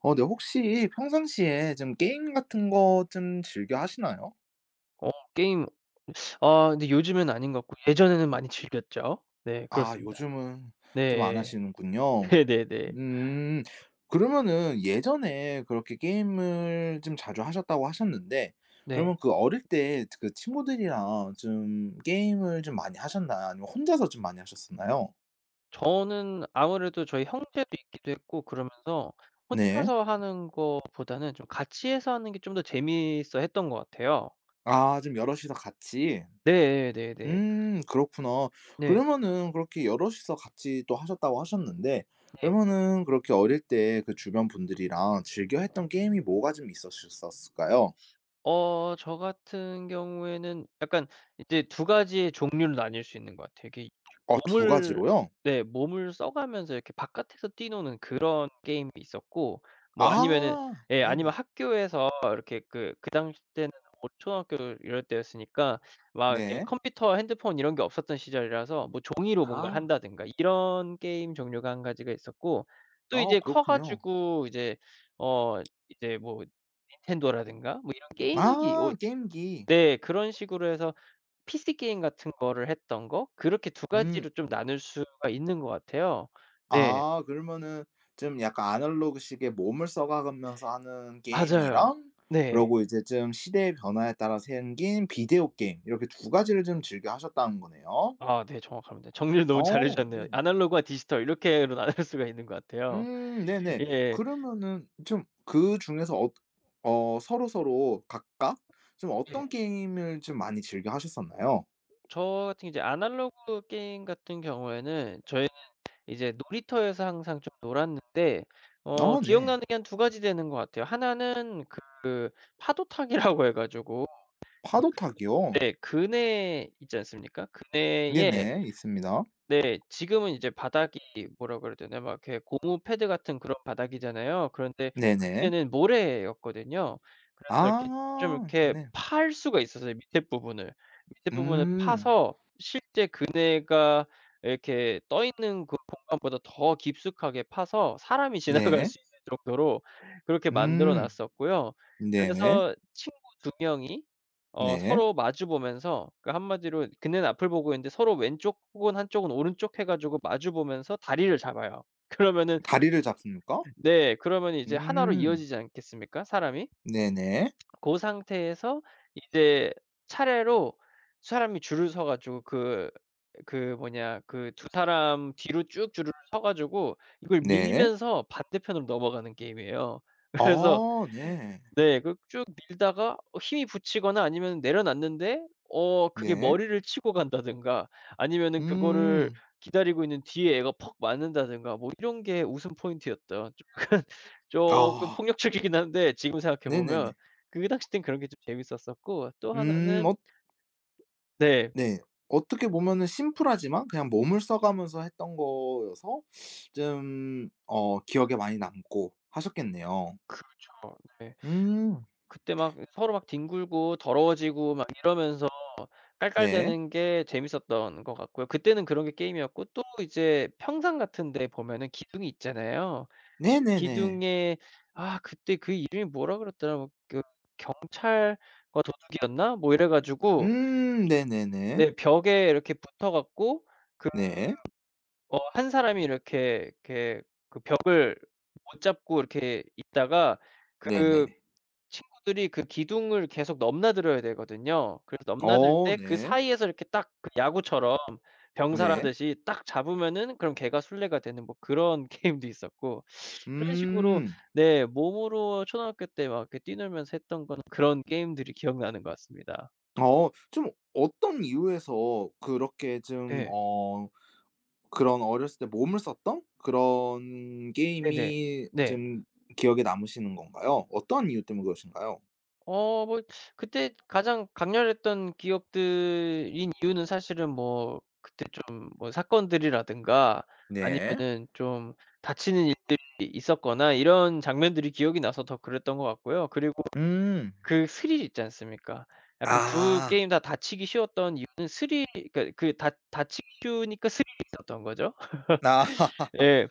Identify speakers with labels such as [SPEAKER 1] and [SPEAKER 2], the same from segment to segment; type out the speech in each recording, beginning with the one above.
[SPEAKER 1] 네. 혹시 평상시에 좀 게임 같은 거 좀 즐겨 하시나요?
[SPEAKER 2] 게임. 아 근데 요즘은 아닌 것 같고 예전에는 많이 즐겼죠. 네
[SPEAKER 1] 아
[SPEAKER 2] 그렇습니다.
[SPEAKER 1] 요즘은 좀 안
[SPEAKER 2] 네.
[SPEAKER 1] 하시는군요.
[SPEAKER 2] 네네네.
[SPEAKER 1] 음. 그러면은 예전에 그렇게 게임을 좀 자주 하셨다고 하셨는데
[SPEAKER 2] 네.
[SPEAKER 1] 그러면 그 어릴 때 그 친구들이랑 좀 게임을 좀 많이 하셨나요? 아니면 혼자서 좀 많이 하셨었나요?
[SPEAKER 2] 저는 아무래도 저희 형제도 있기도 했고 그러면서
[SPEAKER 1] 네.
[SPEAKER 2] 혼자서 하는 거보다는 좀 같이 해서 하는 게 좀 더 재미있어 했던 것 같아요.
[SPEAKER 1] 아 좀 여럿이서 같이.
[SPEAKER 2] 네 네네. 네.
[SPEAKER 1] 그렇구나.
[SPEAKER 2] 네.
[SPEAKER 1] 그러면은 그렇게 여럿이서 같이 또 하셨다고 하셨는데
[SPEAKER 2] 네.
[SPEAKER 1] 그러면은 그렇게 어릴 때 그 주변 분들이랑 즐겨 했던 게임이 뭐가 좀 있었을까요?
[SPEAKER 2] 저 같은 경우에는 약간 이제 두 가지의 종류로 나뉠 수 있는 것 같아요. 이게
[SPEAKER 1] 두
[SPEAKER 2] 몸을,
[SPEAKER 1] 가지로요?
[SPEAKER 2] 네 몸을 써 가면서 이렇게 바깥에서 뛰노는 그런 게임이 있었고, 뭐 아니면은
[SPEAKER 1] 아
[SPEAKER 2] 예 아니면
[SPEAKER 1] 네네.
[SPEAKER 2] 학교에서 이렇게 그 당시 때는 뭐 초등학교 이럴 때였으니까 막 이렇게
[SPEAKER 1] 네.
[SPEAKER 2] 컴퓨터, 핸드폰 이런 게 없었던 시절이라서 뭐 종이로 뭔가를
[SPEAKER 1] 아.
[SPEAKER 2] 한다든가 이런 게임 종류가 한 가지가 있었고, 또
[SPEAKER 1] 아
[SPEAKER 2] 이제 커
[SPEAKER 1] 그렇군요.
[SPEAKER 2] 가지고 이제 어 이제 뭐 닌텐도라든가 뭐 게임기 오,
[SPEAKER 1] 아 게임기.
[SPEAKER 2] 네 그런 식으로 해서 PC 게임 같은 거를 했던 거, 그렇게 두
[SPEAKER 1] 음.
[SPEAKER 2] 가지로 좀 나눌 수가 있는 것 같아요. 네.
[SPEAKER 1] 아 그러면은 좀 약간 아날로그식의 몸을 써 가면서 하는
[SPEAKER 2] 맞아요.
[SPEAKER 1] 게임이랑
[SPEAKER 2] 네.
[SPEAKER 1] 그러고 이제 좀 시대의 변화에 따라 생긴 비디오 게임 이렇게 두 가지를 좀 즐겨 하셨다는 거네요.
[SPEAKER 2] 아 네 정확합니다. 정리를 너무 잘해
[SPEAKER 1] 어
[SPEAKER 2] 주셨네요.
[SPEAKER 1] 네네.
[SPEAKER 2] 아날로그와 디지털 이렇게로 나눌 수가 있는 것 같아요.
[SPEAKER 1] 네네.
[SPEAKER 2] 예.
[SPEAKER 1] 그러면은 좀 그중에서 서로서로 각각 좀 어떤
[SPEAKER 2] 예.
[SPEAKER 1] 게임을 좀 많이 즐겨 하셨었나요?
[SPEAKER 2] 저 같은 이제 아날로그 게임 같은 경우에는 저희는 이제 놀이터에서 항상 좀 놀았는데,
[SPEAKER 1] 아 네.
[SPEAKER 2] 기억나는 게 한 두 가지 되는 것 같아요. 하나는 그 파도 타기라고 해 가지고.
[SPEAKER 1] 파도 타기요?
[SPEAKER 2] 네. 그네 있지 않습니까? 그네에,
[SPEAKER 1] 네네. 있습니다.
[SPEAKER 2] 네 지금은 이제 바닥이 뭐라 그래야 되나 막 이렇게 고무 패드 같은 그런 바닥이잖아요. 그런데
[SPEAKER 1] 네네.
[SPEAKER 2] 그때는 모래였거든요. 그래서 이렇게 좀
[SPEAKER 1] 아
[SPEAKER 2] 이렇게
[SPEAKER 1] 네.
[SPEAKER 2] 팔 수가 있었어요, 밑에 부분을. 밑에 부분을
[SPEAKER 1] 음.
[SPEAKER 2] 파서 실제 그네가 이렇게 떠 있는 그 공간보다 더 깊숙하게 파서 사람이 지나갈
[SPEAKER 1] 네.
[SPEAKER 2] 수 있을 정도로 그렇게 만들어
[SPEAKER 1] 음.
[SPEAKER 2] 놨었고요.
[SPEAKER 1] 네.
[SPEAKER 2] 그래서 친구 두 명이
[SPEAKER 1] 네.
[SPEAKER 2] 서로 마주 보면서, 그 한마디로 그는 앞을 보고 있는데 서로 왼쪽 혹은 한쪽은 오른쪽 해 가지고 마주 보면서 다리를 잡아요. 그러면은,
[SPEAKER 1] 다리를 잡습니까?
[SPEAKER 2] 네 그러면 이제 하나로
[SPEAKER 1] 음.
[SPEAKER 2] 이어지지 않겠습니까 사람이?
[SPEAKER 1] 네네.
[SPEAKER 2] 고 상태에서 이제 차례로 사람이 줄을 서 가지고, 그 그 뭐냐 그 두 사람 뒤로 쭉 줄을 서 가지고 이걸
[SPEAKER 1] 네.
[SPEAKER 2] 밀면서 반대편으로 넘어가는 게임이에요. 그래서
[SPEAKER 1] 아 네.
[SPEAKER 2] 네. 그 쭉 밀다가 힘이 붙이거나 아니면 내려놨는데 그게
[SPEAKER 1] 네.
[SPEAKER 2] 머리를 치고 간다든가 아니면은 그거를
[SPEAKER 1] 음.
[SPEAKER 2] 기다리고 있는 뒤에 애가 퍽 맞는다든가 뭐 이런 게 웃음 포인트였던, 쪼끔 쪼끔
[SPEAKER 1] 아
[SPEAKER 2] 폭력적이긴 한데 지금 생각해 보면
[SPEAKER 1] 네네네.
[SPEAKER 2] 그 당시 땐 그런 게 좀 재밌었었고. 또 하나는,
[SPEAKER 1] 어
[SPEAKER 2] 네.
[SPEAKER 1] 네. 어떻게 보면은 심플하지만 그냥 몸을 써 가면서 했던 거여서 좀 기억에 많이 남고 하셨겠네요.
[SPEAKER 2] 그렇죠. 네.
[SPEAKER 1] 음.
[SPEAKER 2] 그때 막 서로 막 뒹굴고 더러워지고 막 이러면서
[SPEAKER 1] 네.
[SPEAKER 2] 깔깔대는 게 재밌었던 것 같고요. 그때는 그런 게 게임이었고, 또 이제 평상 같은 데 보면은 기둥이 있잖아요. 그
[SPEAKER 1] 네네네.
[SPEAKER 2] 기둥에, 아 그때 그 이름이 뭐라 그랬더라? 뭐 그 경찰과 도둑이었나? 뭐 이래 가지고
[SPEAKER 1] 네네네.
[SPEAKER 2] 네 벽에 이렇게 붙어 갖고, 그
[SPEAKER 1] 네.
[SPEAKER 2] 한 사람이 이렇게 이렇게 그 벽을 못 잡고 이렇게 있다가, 그
[SPEAKER 1] 네네.
[SPEAKER 2] 친구들이 그 기둥을 계속 넘나들어야 되거든요. 그래서 넘나들
[SPEAKER 1] 어
[SPEAKER 2] 때 그
[SPEAKER 1] 네.
[SPEAKER 2] 사이에서 이렇게 딱 그 야구처럼
[SPEAKER 1] 네.
[SPEAKER 2] 병살하듯이 딱 잡으면은 그럼 개가 술래가 되는 뭐 그런 게임도 있었고. 이런 식으로
[SPEAKER 1] 음.
[SPEAKER 2] 네 몸으로 초등학교 때 막 이렇게 뛰놀면서 했던 건 그런 게임들이 기억나는 것 같습니다.
[SPEAKER 1] 어 좀 어떤 이유에서 그렇게 좀
[SPEAKER 2] 예.
[SPEAKER 1] 그런 어렸을 때 몸을 썼던 그런
[SPEAKER 2] 네네.
[SPEAKER 1] 게임이
[SPEAKER 2] 네.
[SPEAKER 1] 좀 기억에 남으시는 건가요? 어떤 이유 때문에 그러신가요?
[SPEAKER 2] 뭐 그때 가장 강렬했던 기억들인 이유는 사실은 뭐 그때 좀 뭐 사건들이라든가
[SPEAKER 1] 네.
[SPEAKER 2] 아니면은 좀 다치는 일들이 있었거나 이런 장면들이 기억이 나서 더 그랬던 것 같고요. 그리고
[SPEAKER 1] 음.
[SPEAKER 2] 그 스릴 있지 않습니까? 약간 두
[SPEAKER 1] 아.
[SPEAKER 2] 게임 다 다치기 쉬웠던 이유는 스릴, 그러니까 그 다 다치기 쉬우니까 스릴이 있었던 거죠.
[SPEAKER 1] 아.
[SPEAKER 2] 예.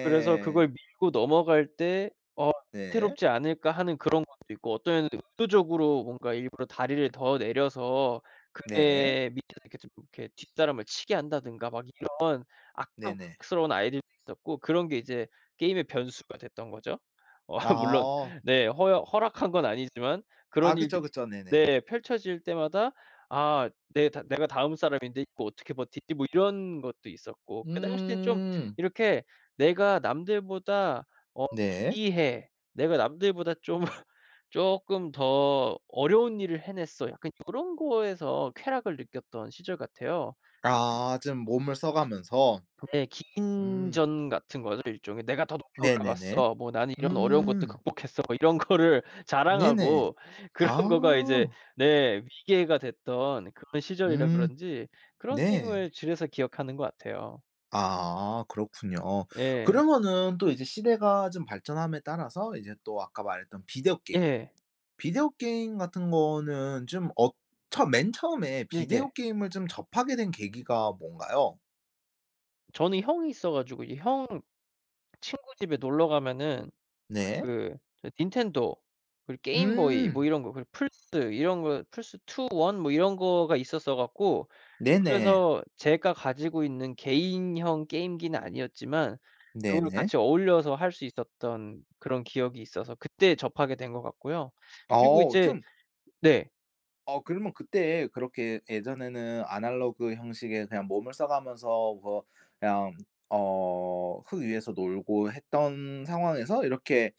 [SPEAKER 2] 그래서 그걸 밀고 넘어갈 때 '어
[SPEAKER 1] 네.
[SPEAKER 2] 위태롭지 않을까.' 하는 그런 것도 있고, 어떤 애는 의도적으로 뭔가 일부러 다리를 더 내려서
[SPEAKER 1] 네.
[SPEAKER 2] 그네 밑에서 이렇게 좀 이렇게 뒷사람을 치게 한다든가 막 이런
[SPEAKER 1] 네네.
[SPEAKER 2] 악덕스러운 아이들도 있었고, 그런 게 이제 게임의 변수가 됐던 거죠. 어 물론
[SPEAKER 1] 아.
[SPEAKER 2] 네 허여 허락한 건 아니지만
[SPEAKER 1] 아
[SPEAKER 2] 그런
[SPEAKER 1] 그쵸,
[SPEAKER 2] 일들이
[SPEAKER 1] 그쵸. 네네.
[SPEAKER 2] 네 펼쳐질 때마다 '아 내 다 내가 다음 사람인데 이거 어떻게 버티지?' 뭐 이런 것도 있었고. 그 당시 땐 좀
[SPEAKER 1] 음.
[SPEAKER 2] 이렇게 내가 남들보다 어
[SPEAKER 1] 네.
[SPEAKER 2] 기이해. 내가 남들보다 좀 쪼끔 더 어려운 일을 해냈어. 약간 요런 거에서 쾌락을 느꼈던 시절 같아요.
[SPEAKER 1] 아 좀 몸을 써 가면서.
[SPEAKER 2] 네.
[SPEAKER 1] 음.
[SPEAKER 2] 기인전 같은 거죠 일종의. "내가 더 높이
[SPEAKER 1] 네네네.
[SPEAKER 2] 올라갔어." 뭐 "나는 이런 어려운 것도
[SPEAKER 1] 음.
[SPEAKER 2] 극복했어." 뭐 이런 거를
[SPEAKER 1] 네네.
[SPEAKER 2] 자랑하고 그런
[SPEAKER 1] 아.
[SPEAKER 2] 거가 이제 네 위계가 됐던 그런 시절이라
[SPEAKER 1] 음
[SPEAKER 2] 그런지 그런
[SPEAKER 1] 네.
[SPEAKER 2] 게임을 줄여서 기억하는 것 같아요.
[SPEAKER 1] 아 그렇군요.
[SPEAKER 2] 예.
[SPEAKER 1] 그러면은 또 이제 시대가 좀 발전함에 따라서 이제 또 아까 말했던 비디오 게임.
[SPEAKER 2] 예.
[SPEAKER 1] 비디오 게임 같은 거는 좀 어처 맨 처음에 비디오
[SPEAKER 2] 네네.
[SPEAKER 1] 게임을 좀 접하게 된 계기가 뭔가요?
[SPEAKER 2] 저는 형이 있어 가지고 이 형 친구 집에 놀러 가면은
[SPEAKER 1] 네.
[SPEAKER 2] 그 저 닌텐도, 그리고 게임보이 뭐
[SPEAKER 1] 음.
[SPEAKER 2] 이런 거, 그리고 플스 이런 거, 플스2, 1 뭐 이런 거가 있었어 갖고.
[SPEAKER 1] 네네.
[SPEAKER 2] 그래서 제가 가지고 있는 개인형 게임기는 아니었지만 그거를
[SPEAKER 1] 네네.
[SPEAKER 2] 같이 어울려서 할 수 있었던 그런 기억이 있어서 그때 접하게 된 것 같고요. 그리고
[SPEAKER 1] 어
[SPEAKER 2] 이제,
[SPEAKER 1] 좀
[SPEAKER 2] 네.
[SPEAKER 1] 어 그러면 그때 그렇게 예전에는 아날로그 형식의 그냥 몸을 써 가면서 뭐 그냥 어 흙 위에서 놀고 했던 상황에서 이렇게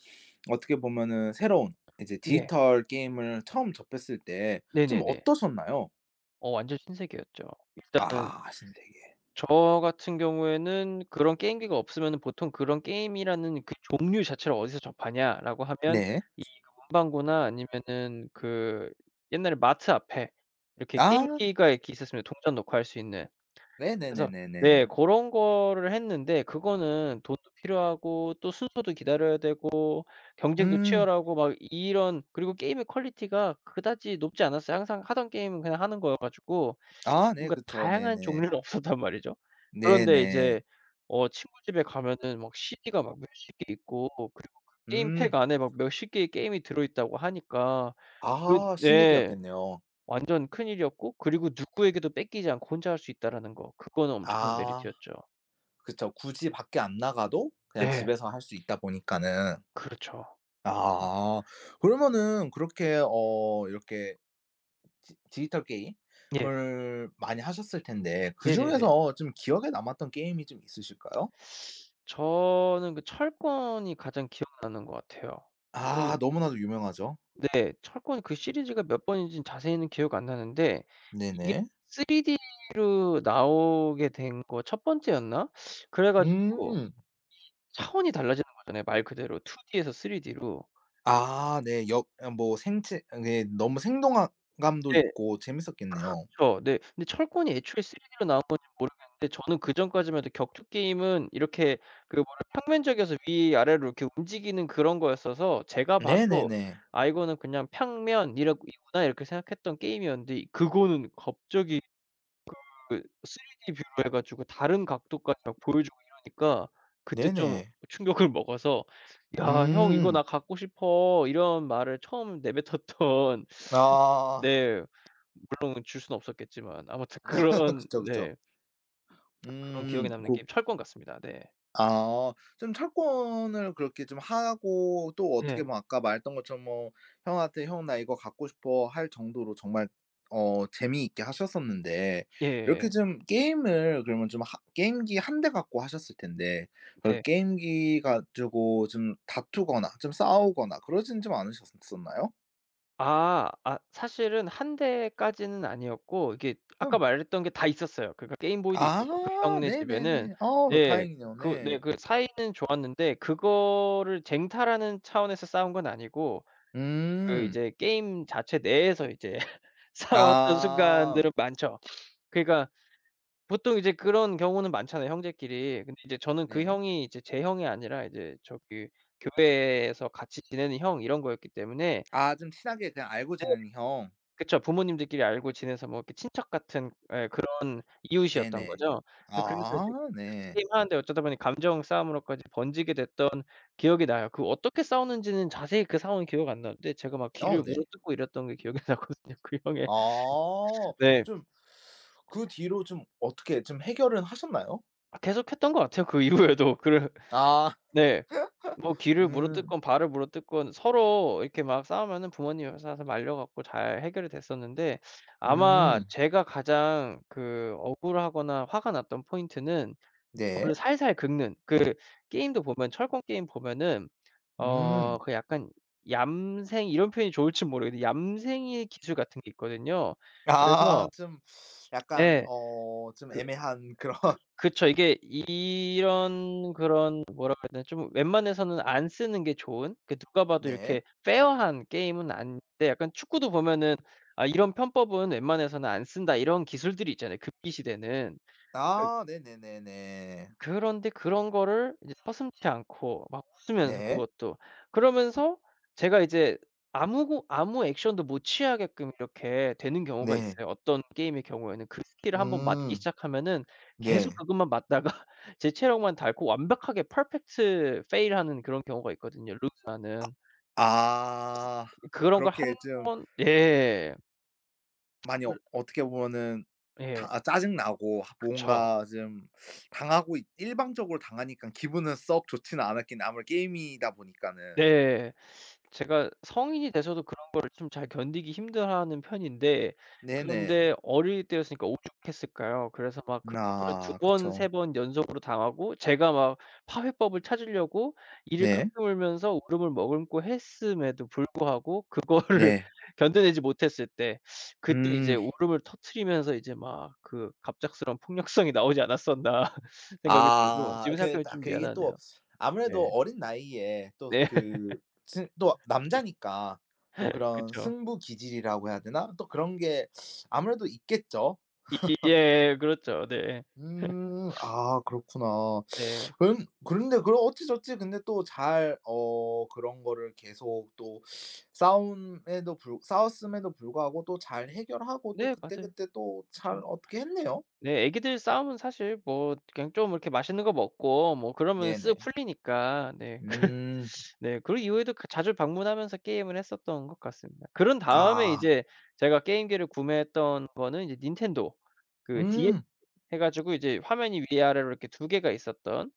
[SPEAKER 1] 어떻게 보면은 새로운 이제
[SPEAKER 2] 예.
[SPEAKER 1] 디지털 게임을 처음 접했을 때 좀
[SPEAKER 2] 네네네.
[SPEAKER 1] 어떠셨나요?
[SPEAKER 2] 완전 신세계였죠. 일단은
[SPEAKER 1] 아 신세계.
[SPEAKER 2] 저 같은 경우에는 그런 게임기가 없으면은 보통 그런 게임이라는 그 종류 자체를 어디서 접하냐라고 하면
[SPEAKER 1] 네.
[SPEAKER 2] 이 그 문방구나 아니면은 그 옛날에 마트 앞에 이렇게
[SPEAKER 1] 아
[SPEAKER 2] 게임기가 이렇게 있었으면 동전 넣고 할 수 있는. 그래서
[SPEAKER 1] 네네네네네.
[SPEAKER 2] 네 고런 거를 했는데 그거는 돈도 필요하고 또 순서도 기다려야 되고 경쟁도
[SPEAKER 1] 음.
[SPEAKER 2] 치열하고 막 이런, 그리고 게임의 퀄리티가 그다지 높지 않았어요. 항상 하던 게임은 그냥 하는 거여 가지고
[SPEAKER 1] 아 네
[SPEAKER 2] 뭔가
[SPEAKER 1] 그쵸.
[SPEAKER 2] 다양한
[SPEAKER 1] 네네.
[SPEAKER 2] 종류는 없었단 말이죠. 그런데 이제
[SPEAKER 1] 네네.
[SPEAKER 2] 친구 집에 가면은 막 CD가 막 몇십 개 있고, 그리고 그
[SPEAKER 1] 음.
[SPEAKER 2] 게임팩 안에 막 몇십 개의 게임이 들어 있다고 하니까 그
[SPEAKER 1] 아
[SPEAKER 2] 네
[SPEAKER 1] 신세계였겠네요.
[SPEAKER 2] 완전 큰일이었고, 그리고 누구에게도 뺏기지 않고 혼자 할 수 있다라는 거, 그거는 엄청난
[SPEAKER 1] 아.
[SPEAKER 2] 메리트였죠.
[SPEAKER 1] 그쵸. 굳이 밖에 안 나가도 그냥
[SPEAKER 2] 네,
[SPEAKER 1] 집에서 할 수 있다 보니까는.
[SPEAKER 2] 그렇죠. 이
[SPEAKER 1] 아. 그러면은 그렇게 어 이렇게 디 디지털
[SPEAKER 2] 예.
[SPEAKER 1] 게임을 많이 하셨을 텐데
[SPEAKER 2] 네네네.
[SPEAKER 1] 그중에서 좀 기억에 남았던 게임이 좀 있으실까요?
[SPEAKER 2] 저는 그 철권이 가장 기억나는 것 같아요. 그
[SPEAKER 1] 아 너무나도 유명하죠.
[SPEAKER 2] 네. 철권 그 시리즈가 몇 번인지는 자세히는 기억 안 나는데 이게
[SPEAKER 1] 네네.
[SPEAKER 2] 3D로 나오게 된 거 첫 번째였나? 그래 가지고
[SPEAKER 1] 음.
[SPEAKER 2] 차원이 달라지는 거잖아요, 말 그대로 2D에서 3D로.
[SPEAKER 1] 아 네. 역 아 뭐 생체 그게 너무 생동 감도
[SPEAKER 2] 예.
[SPEAKER 1] 있고 재밌었겠네요.
[SPEAKER 2] 그쵸. 네. 근데 철권이 애초에 3D로 나온 건지 모르겠는데 저는 그전까지만 해도 격투 게임은 이렇게 그 뭐라, 평면적이어서 위아래로 이렇게 움직이는 그런 거였어서 제가 봐도
[SPEAKER 1] 네네네.
[SPEAKER 2] '아 이거는 그냥 평면이러 이구나.' 이렇게 생각했던 게임이었는데, 이 그거는 갑자기 그 3D 뷰로 해 가지고 다른 각도까지 막 보여주고 이러니까 그때 좀
[SPEAKER 1] 네네.
[SPEAKER 2] 충격을 먹어서 "야 형 이거 나
[SPEAKER 1] 음.
[SPEAKER 2] 갖고 싶어." 이런 말을 처음 내뱉었던.
[SPEAKER 1] 아.
[SPEAKER 2] 네. 물론 줄 수는 없었겠지만 아무튼 네. 그런
[SPEAKER 1] 그쵸, 그쵸.
[SPEAKER 2] 네 그런
[SPEAKER 1] 음.
[SPEAKER 2] 기억에 남는 게임
[SPEAKER 1] 고
[SPEAKER 2] 철권 같습니다. 네.
[SPEAKER 1] 아. 좀 철권을 그렇게 좀 하고 또 어떻게
[SPEAKER 2] 네.
[SPEAKER 1] 뭐 아까 말했던 것처럼 뭐 형한테 "형 나 이거 갖고 싶어." 할 정도로 정말 어 재미있게 하셨었는데 이렇게
[SPEAKER 2] 예예예.
[SPEAKER 1] 좀 게임을 그러면 좀 하 게임기 한 대 갖고 하셨을 텐데 그
[SPEAKER 2] 네.
[SPEAKER 1] 게임기 가지고 좀 다투거나 좀 싸우거나 그러진 좀 않으셨었나요?
[SPEAKER 2] 아. 아 사실은 한 대까지는 아니었고 이게 아까
[SPEAKER 1] 응.
[SPEAKER 2] 말했던 게 다 있었어요. 그러니까 게임보이도 있었고 그
[SPEAKER 1] 아
[SPEAKER 2] 형네 집에는
[SPEAKER 1] 네네네. 어
[SPEAKER 2] 네.
[SPEAKER 1] 다행이네요.
[SPEAKER 2] 그 네
[SPEAKER 1] 네.
[SPEAKER 2] 그 사이는 좋았는데 그거를 쟁탈하는 차원에서 싸운 건 아니고, 그
[SPEAKER 1] 음.
[SPEAKER 2] 이제 게임 자체 내에서 이제 싸웠던
[SPEAKER 1] 아.
[SPEAKER 2] 순간들은 많죠. 그러니까 보통 이제 그런 경우는 많잖아요 형제끼리. 근데 이제 저는 그
[SPEAKER 1] 네.
[SPEAKER 2] 형이 이제 제 형이 아니라 이제 저기 교회에서 같이 지내는 형 이런 거였기 때문에.
[SPEAKER 1] 아 좀 친하게 그냥 알고
[SPEAKER 2] 네
[SPEAKER 1] 지내는 형.
[SPEAKER 2] 그쵸. 부모님들끼리 알고 지내서 뭐 이렇게 친척 같은 예 그런 이웃이었던
[SPEAKER 1] 네네.
[SPEAKER 2] 거죠. 예 그래서
[SPEAKER 1] 아
[SPEAKER 2] 이제 같이
[SPEAKER 1] 네.
[SPEAKER 2] 게임하는데 어쩌다 보니 감정 싸움으로까지 번지게 됐던 기억이 나요. 그 어떻게 싸웠는지는 자세히 그 상황이 기억 안 나는데 제가 막
[SPEAKER 1] 어
[SPEAKER 2] 귀를
[SPEAKER 1] 네.
[SPEAKER 2] 물어뜯고 이랬던 게 기억이 나거든요 그 형의.
[SPEAKER 1] 아
[SPEAKER 2] 네.
[SPEAKER 1] 좀 그 뒤로 좀 어떻게 좀 해결은 하셨나요?
[SPEAKER 2] 아 계속했던 것 같아요 그 이후에도. 그래
[SPEAKER 1] 아
[SPEAKER 2] 네. 뭐 귀를
[SPEAKER 1] 음.
[SPEAKER 2] 물어뜯건 발을 물어뜯건 서로 이렇게 막 싸우면은 부모님 회사 가서 말려 갖고 잘 해결이 됐었는데, 아마
[SPEAKER 1] 음.
[SPEAKER 2] 제가 가장 그 억울하거나 화가 났던 포인트는 저를
[SPEAKER 1] 네.
[SPEAKER 2] 살살 긁는 그 게임도 보면, 철권 게임 보면은
[SPEAKER 1] 음.
[SPEAKER 2] 그 약간 얌생, 이런 표현이 좋을지 모르겠는데 얌생이의 기술 같은 게 있거든요.
[SPEAKER 1] 아
[SPEAKER 2] 그래서
[SPEAKER 1] 좀 약간
[SPEAKER 2] 예.
[SPEAKER 1] 어 좀
[SPEAKER 2] 그
[SPEAKER 1] 애매한 그런
[SPEAKER 2] 그쵸. 이게 이런 그런 뭐라 고 해야 되나, 좀 웬만해서는 안 쓰는 게 좋은 그, 누가 봐도
[SPEAKER 1] 네.
[SPEAKER 2] 이렇게 페어한 게임은 아닌데 약간 축구도 보면은 '아 이런 편법은 웬만해서는 안 쓴다.' 이런 기술들이 있잖아요, 급기 시대는. 그
[SPEAKER 1] 아 네네네네.
[SPEAKER 2] 그런데 그런 거를 이제 서슴지 않고 막 웃으면서
[SPEAKER 1] 네.
[SPEAKER 2] 그것도. 그러면서 제가 이제 아무 액션도 못 취하게끔 이렇게 되는 경우가
[SPEAKER 1] 네.
[SPEAKER 2] 있어요. 어떤 게임의 경우에는 그 스킬을 한번 맞기
[SPEAKER 1] 음.
[SPEAKER 2] 시작하면은
[SPEAKER 1] 네.
[SPEAKER 2] 계속 그것만 맞다가 제 체력만 닳고 완벽하게 퍼펙트 페일하는 그런 경우가 있거든요, 루즈하는.
[SPEAKER 1] 아
[SPEAKER 2] 그런 걸 한,
[SPEAKER 1] 그렇게 좀
[SPEAKER 2] 예.
[SPEAKER 1] 많이 어
[SPEAKER 2] 그
[SPEAKER 1] 어떻게 보면은
[SPEAKER 2] 예.
[SPEAKER 1] 다 짜증 나고
[SPEAKER 2] 그쵸.
[SPEAKER 1] 뭔가 좀 당하고 있 일방적으로 당하니까 기분은 썩 좋지는 않았긴 아무래도 게임이다 보니까는.
[SPEAKER 2] 네. 제가 성인이 돼서도 그런 거를 좀 잘 견디기 힘들어하는 편인데,
[SPEAKER 1] 네네.
[SPEAKER 2] 그런데 어릴 때였으니까 오죽했을까요. 그래서 막 그거를 두
[SPEAKER 1] 아
[SPEAKER 2] 번
[SPEAKER 1] 그쵸.
[SPEAKER 2] 세 번 연속으로 당하고 제가 막 파회법을 찾으려고 이를
[SPEAKER 1] 네.
[SPEAKER 2] 깎아물면서 울음을 머금고 했음에도 불구하고 그거를
[SPEAKER 1] 네.
[SPEAKER 2] 견뎌내지 못했을 때 그때 이제
[SPEAKER 1] 음.
[SPEAKER 2] 울음을 터뜨리면서 이제 막 그 갑작스러운 폭력성이 나오지 않았었나 생각이 들고
[SPEAKER 1] 아
[SPEAKER 2] 지금
[SPEAKER 1] 그
[SPEAKER 2] 생각하면
[SPEAKER 1] 다
[SPEAKER 2] 좀
[SPEAKER 1] 그게
[SPEAKER 2] 미안하네요.
[SPEAKER 1] 또 아무래도
[SPEAKER 2] 네.
[SPEAKER 1] 어린 나이에 또
[SPEAKER 2] 네.
[SPEAKER 1] 그 또 남자니까 또 그런
[SPEAKER 2] 그쵸.
[SPEAKER 1] 승부 기질이라고 해야 되나? 또 그런 게 아무래도 있겠죠.
[SPEAKER 2] 이 예 그렇죠. 네.
[SPEAKER 1] 음. 아 그렇구나.
[SPEAKER 2] 네.
[SPEAKER 1] 그런데 그럼 어찌저찌 근데 또 잘 어 그런 거를 계속 또 싸움에도 불 싸웠음에도 불구하고 또 잘 해결하고 또
[SPEAKER 2] 네 맞아요.
[SPEAKER 1] 그때그때 또 잘
[SPEAKER 2] 그쵸.
[SPEAKER 1] 어떻게 했네요.
[SPEAKER 2] 네 애기들 싸움은 사실 뭐 그냥 좀 이렇게 맛있는 거 먹고 뭐 그러면 쓱
[SPEAKER 1] 네네.
[SPEAKER 2] 풀리니까 네.
[SPEAKER 1] 음.
[SPEAKER 2] 네 그 이후에도 그 자주 방문하면서 게임을 했었던 것 같습니다. 그런 다음에
[SPEAKER 1] 아.
[SPEAKER 2] 이제 제가 게임기를 구매했던 거는 이제 닌텐도 그 DS
[SPEAKER 1] 음.
[SPEAKER 2] 해 가지고 이제 화면이 위아래로 이렇게 두 개가 있었던,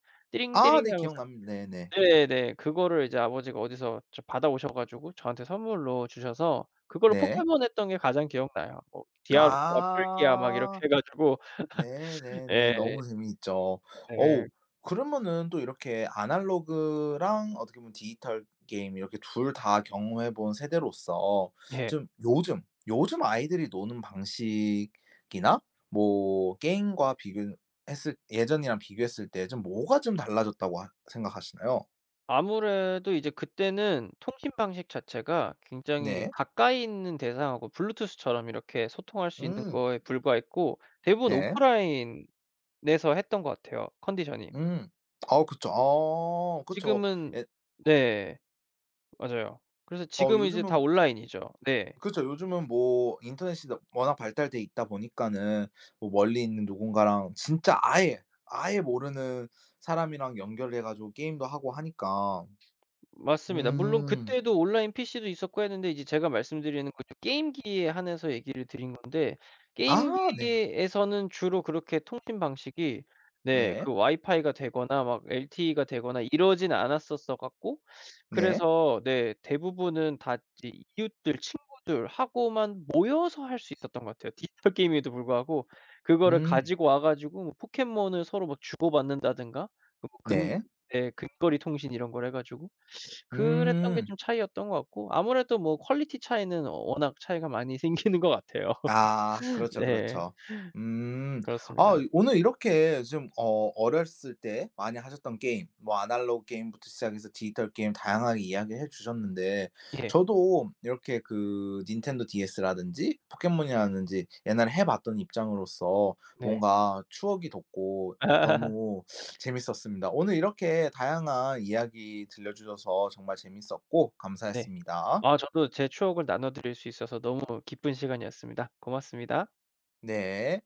[SPEAKER 1] 아 네
[SPEAKER 2] 띠링띠링하면서.
[SPEAKER 1] 기억납니다. 네네.
[SPEAKER 2] 네네. 그거를 이제 아버지가 어디서 저 받아오셔 가지고 저한테 선물로 주셔서 그걸로
[SPEAKER 1] 네.
[SPEAKER 2] 포켓몬 했던 게 가장 기억나요. 뭐 디아루가, 펄기야 막 이렇게
[SPEAKER 1] 아.
[SPEAKER 2] 해 가지고.
[SPEAKER 1] 네네네.
[SPEAKER 2] 예
[SPEAKER 1] 너무 재미있죠.
[SPEAKER 2] 예.
[SPEAKER 1] 어우 그러면은 또 이렇게 아날로그랑 어떻게 보면 디지털 게임 이렇게 둘 다 경험해 본 세대로서
[SPEAKER 2] 예.
[SPEAKER 1] 좀 요즘, 요즘 아이들이 노는 방식이나 뭐 게임과 비교했을 예전이랑 비교했을 때 좀 뭐가 좀 달라졌다고 하 생각하시나요?
[SPEAKER 2] 아무래도 이제 그때는 통신 방식 자체가 굉장히
[SPEAKER 1] 네.
[SPEAKER 2] 가까이 있는 대상하고 블루투스처럼 이렇게 소통할 수 있는
[SPEAKER 1] 음.
[SPEAKER 2] 거에 불과했고 대부분
[SPEAKER 1] 네.
[SPEAKER 2] 오프라인에서 했던 것 같아요, 컨디션이.
[SPEAKER 1] 음. 아 그쵸. 아 그쵸.
[SPEAKER 2] 지금은,
[SPEAKER 1] 예
[SPEAKER 2] 네. 맞아요. 그래서
[SPEAKER 1] 어
[SPEAKER 2] 지금은 이제 다
[SPEAKER 1] 요즘은
[SPEAKER 2] 온라인이죠. 네.
[SPEAKER 1] 그쵸. 요즘은 뭐 인터넷이 너 워낙 발달돼 있다 보니까는 뭐 멀리 있는 누군가랑 진짜 아예, 아예 모르는 사람이랑 연결해 가지고 게임도 하고 하니까.
[SPEAKER 2] 맞습니다. 물론
[SPEAKER 1] 음.
[SPEAKER 2] 그때도 온라인 PC도 있었고 했는데 이제 제가 말씀드리는 그 게임기에 한해서 얘기를 드린 건데,
[SPEAKER 1] 아 네.
[SPEAKER 2] 게임기에서는 주로 그렇게 통신 방식이 네
[SPEAKER 1] 네.
[SPEAKER 2] 그 와이파이가 되거나 막 LTE가 되거나 이러진 않았었어 갖고,
[SPEAKER 1] 네.
[SPEAKER 2] 그래서 네 대부분은 다 이제 이웃들 친구들하고만 모여서 할 수 있었던 것 같아요. 디지털 게임에도 불구하고 그거를
[SPEAKER 1] 음.
[SPEAKER 2] 가지고 와 가지고 뭐 포켓몬을 서로 막 주고받는다든가, 그 뭐 근
[SPEAKER 1] 네.
[SPEAKER 2] 네 근거리 통신 이런 걸 해 가지고 그랬던 게
[SPEAKER 1] 음.
[SPEAKER 2] 좀 차이였던 것 같고, 아무래도 뭐 퀄리티 차이는 워낙 차이가 많이 생기는 것 같아요.
[SPEAKER 1] 아 그렇죠,
[SPEAKER 2] 네.
[SPEAKER 1] 그렇죠. 음. 아
[SPEAKER 2] 그렇습니다.
[SPEAKER 1] 오늘 이렇게 좀 어 어렸을 때 많이 하셨던 게임 뭐 아날로그 게임부터 시작해서 디지털 게임 다양하게 이야기해 주셨는데
[SPEAKER 2] 예.
[SPEAKER 1] 저도 이렇게 그 닌텐도 DS라든지 포켓몬이라든지 옛날에 해 봤던 입장으로서
[SPEAKER 2] 네.
[SPEAKER 1] 뭔가 추억이 돋고 너무 재밌었습니다. 오늘 이렇게 다양한 이야기 들려 주셔서 정말 재밌었고
[SPEAKER 2] 네.
[SPEAKER 1] 감사했습니다.
[SPEAKER 2] 아 저도 제 추억을 나눠 드릴 수 있어서 너무 기쁜 시간이었습니다. 고맙습니다.
[SPEAKER 1] 네.